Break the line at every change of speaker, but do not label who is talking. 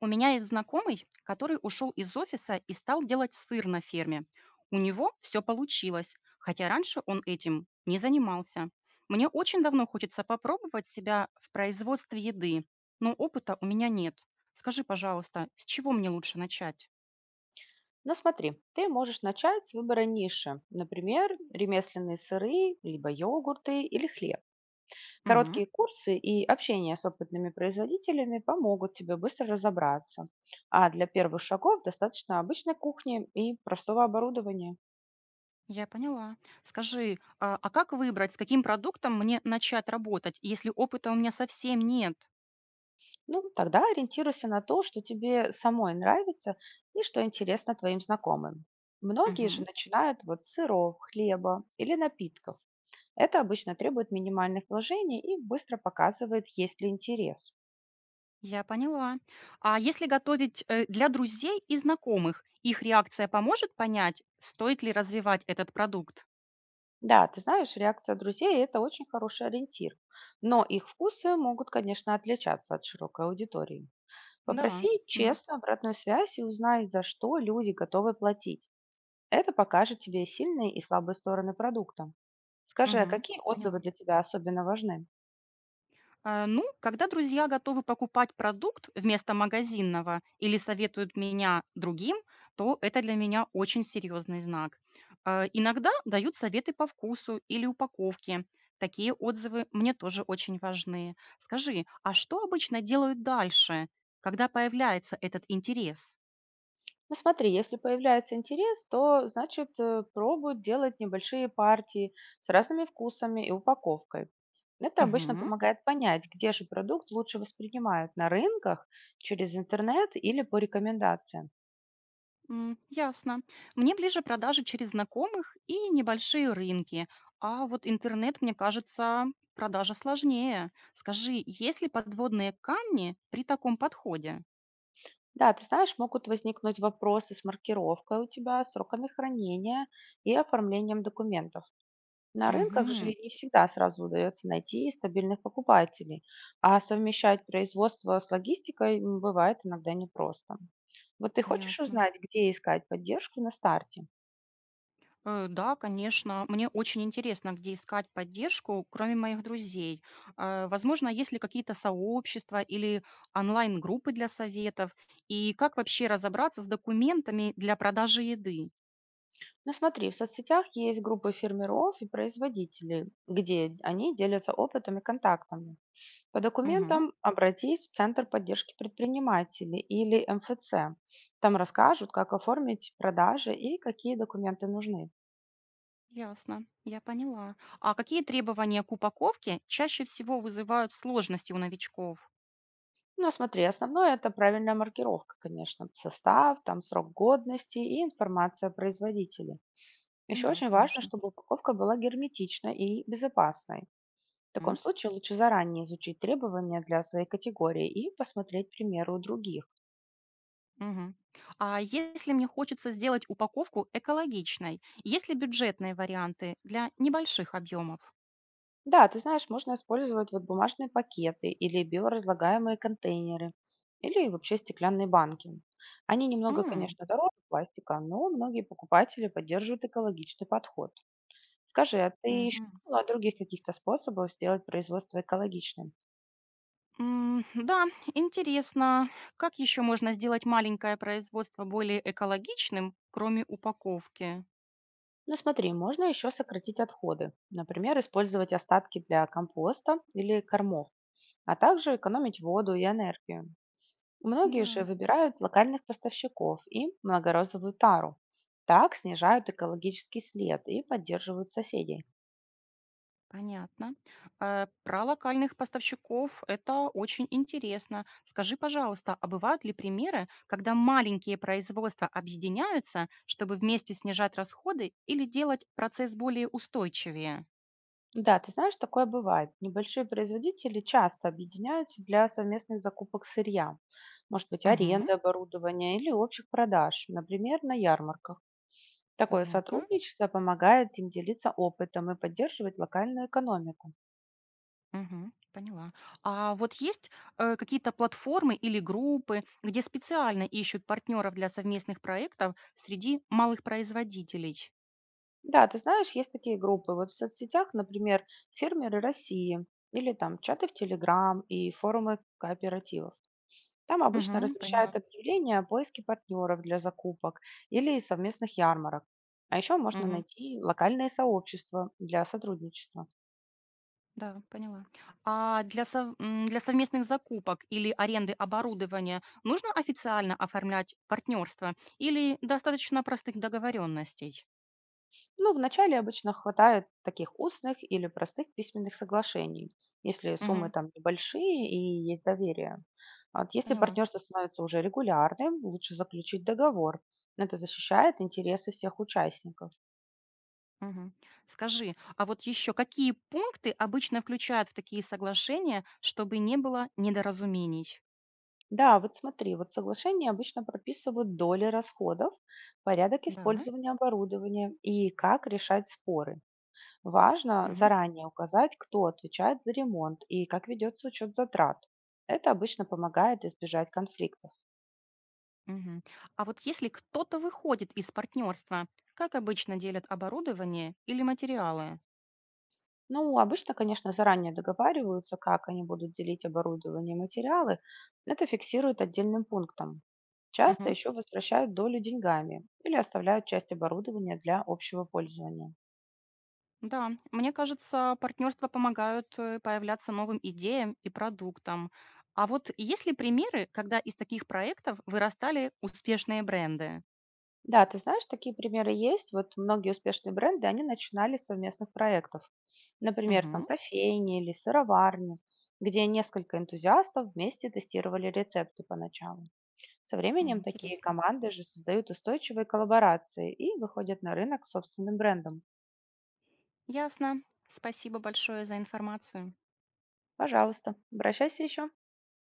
У меня есть знакомый, который ушел из офиса и стал делать сыр на ферме. У него все получилось, хотя раньше он этим не занимался. Мне очень давно хочется попробовать себя в производстве еды, но опыта у меня нет. Скажи, пожалуйста, с чего мне лучше начать?
Но смотри, ты можешь начать с выбора ниши, например, ремесленные сыры, либо йогурты или хлеб.
Мгм,
Короткие курсы и общение с опытными производителями помогут тебе быстро разобраться. А для первых шагов достаточно обычной кухни и простого оборудования.
я поняла. Скажи, а как выбрать, с каким продуктом мне начать работать, если опыта у меня совсем нет?
Ну, тогда ориентируйся на то, что тебе самой нравится и что интересно твоим знакомым. Многие же
Мгм.
начинают вот с сыров, хлеба или напитков. Это обычно требует минимальных вложений и быстро показывает, есть ли интерес.
Я поняла. А если готовить для друзей и знакомых, их реакция поможет понять, стоит ли развивать этот продукт?
Да, ты знаешь, реакция друзей– это очень хороший ориентир, но их вкусы могут, конечно, отличаться от широкой аудитории.
Да.
Попроси
Мгм.
честную обратную связь и узнай, за что люди готовы платить. Это покажет тебе сильные и слабые стороны продукта. Скажи, а
Мгм.
какие отзывы
Поняла.
для тебя особенно важны?
А, ну, когда друзья готовы покупать продукт вместо магазинного или советуют меня другим, то это для меня очень серьезный знак. А, иногда дают советы по вкусу или упаковке. Такие отзывы мне тоже очень важны. Скажи, а что обычно делают дальше, когда появляется этот интерес?
Ну смотри, если появляется интерес, то значит пробуют делать небольшие партии с разными вкусами и упаковкой. Это обычно
Мгм.
помогает понять, где же продукт лучше воспринимают на рынках, через интернет или по рекомендациям.
М, ясно. Мне ближе продажи через знакомых и небольшие рынки, а вот интернет, мне кажется, продажа сложнее. Скажи, есть ли подводные камни при таком подходе?
Да, ты знаешь, могут возникнуть вопросы с маркировкой у тебя, сроками хранения и оформлением документов. На рынках же
Угу,
не всегда сразу удается найти стабильных покупателей, а совмещать производство с логистикой бывает иногда непросто. Вот ты хочешь
понятно.
узнать, где искать поддержку на старте?
Да, конечно. Мне очень интересно, где искать поддержку, кроме моих друзей. Возможно, есть ли какие-то сообщества или онлайн-группы для советов? И как вообще разобраться с документами для продажи еды?
Ну смотри, в соцсетях есть группы фермеров и производителей, где они делятся опытом и контактами. По
Мгм.
документам обратись в Центр поддержки предпринимателей или МФЦ. Там расскажут, как оформить продажи и какие документы нужны.
Ясно, я поняла. А какие требования к упаковке чаще всего вызывают сложности у новичков?
Ну, смотри, основное– это правильная маркировка, конечно, состав, там срок годности и информация о производителе.
Ну
Еще
да,
очень важно,
конечно.
чтобы упаковка была герметичной и безопасной. В таком
М,
случае лучше заранее изучить требования для своей категории и посмотреть примеры у других.
мгм. А если мне хочется сделать упаковку экологичной, есть ли бюджетные варианты для небольших объемов?
Да, ты знаешь, можно использовать вот бумажные пакеты или биоразлагаемые контейнеры, или вообще стеклянные банки. Они немного,
М,
конечно, дороже пластика, но многие покупатели поддерживают экологичный подход. Скажи, а ты еще
мгм.
думала о других каких-то способах сделать производство экологичным?
М, да, интересно, как еще можно сделать маленькое производство более экологичным, кроме упаковки?
Ну смотри, можно еще сократить отходы. Например, использовать остатки для компоста или кормов, а также экономить воду и энергию. Многие же
Да.
выбирают локальных поставщиков и многорозовую тару. Так снижают экологический след и поддерживают соседей.
Понятно. Про локальных поставщиков это очень интересно. Скажи, пожалуйста, а бывают ли примеры, когда маленькие производства объединяются, чтобы вместе снижать расходы или делать процесс более устойчивее?
Да, ты знаешь, такое бывает. Небольшие производители часто объединяются для совместных закупок сырья. Может быть,
Угу,
аренды оборудования или общих продаж, например, на ярмарках. Такое
понятно.
сотрудничество помогает им делиться опытом и поддерживать локальную экономику.
Мгм, поняла. А вот есть какие-то платформы или группы, где специально ищут партнеров для совместных проектов среди малых производителей?
Да, ты знаешь, есть такие группы. Вот в соцсетях, например, фермеры России или там чаты в Телеграм и форумы кооперативов. Там обычно
Угу,
размещают
поняла.
объявления о поиске партнеров для закупок или совместных ярмарок. А еще можно
Мгм.
найти локальные сообщества для сотрудничества.
Да, поняла. А для для совместных закупок или аренды оборудования нужно официально оформлять партнерство или достаточно простых договоренностей?
Ну, вначале обычно хватает таких устных или простых письменных соглашений, если суммы
Мгм,
там небольшие и есть доверие. А вот если
поняла.
партнерство становится уже регулярным, лучше заключить договор. Это защищает интересы всех участников.
Мгм. Скажи, а вот еще какие пункты обычно включают в такие соглашения, чтобы не было недоразумений?
Да, вот смотри, вот соглашения обычно прописывают доли расходов, порядок
Да.
использования оборудования и как решать споры. Важно
Мгм,
заранее указать, кто отвечает за ремонт и как ведется учет затрат. Это обычно помогает избежать конфликтов.
мгм. А вот если кто-то выходит из партнерства, как обычно делят оборудование или материалы?
Ну, обычно, конечно, заранее договариваются, как они будут делить оборудование и материалы. Это фиксируют отдельным пунктом. Часто еще возвращают долю деньгами или оставляют часть оборудования для общего пользования.
Да, мне кажется, партнерства помогают появляться новым идеям и продуктам. А вот есть ли примеры, когда из таких проектов вырастали успешные бренды?
Да, ты знаешь, такие примеры есть. Вот многие успешные бренды, они начинали с совместных проектов. Например, там
Угу,
кофейни или сыроварни, где несколько энтузиастов вместе тестировали рецепты поначалу. Со временем такие
интересно.
команды же создают устойчивые коллаборации и выходят на рынок с собственным брендом.
Ясно. Спасибо большое за информацию.
Пожалуйста, обращайся еще.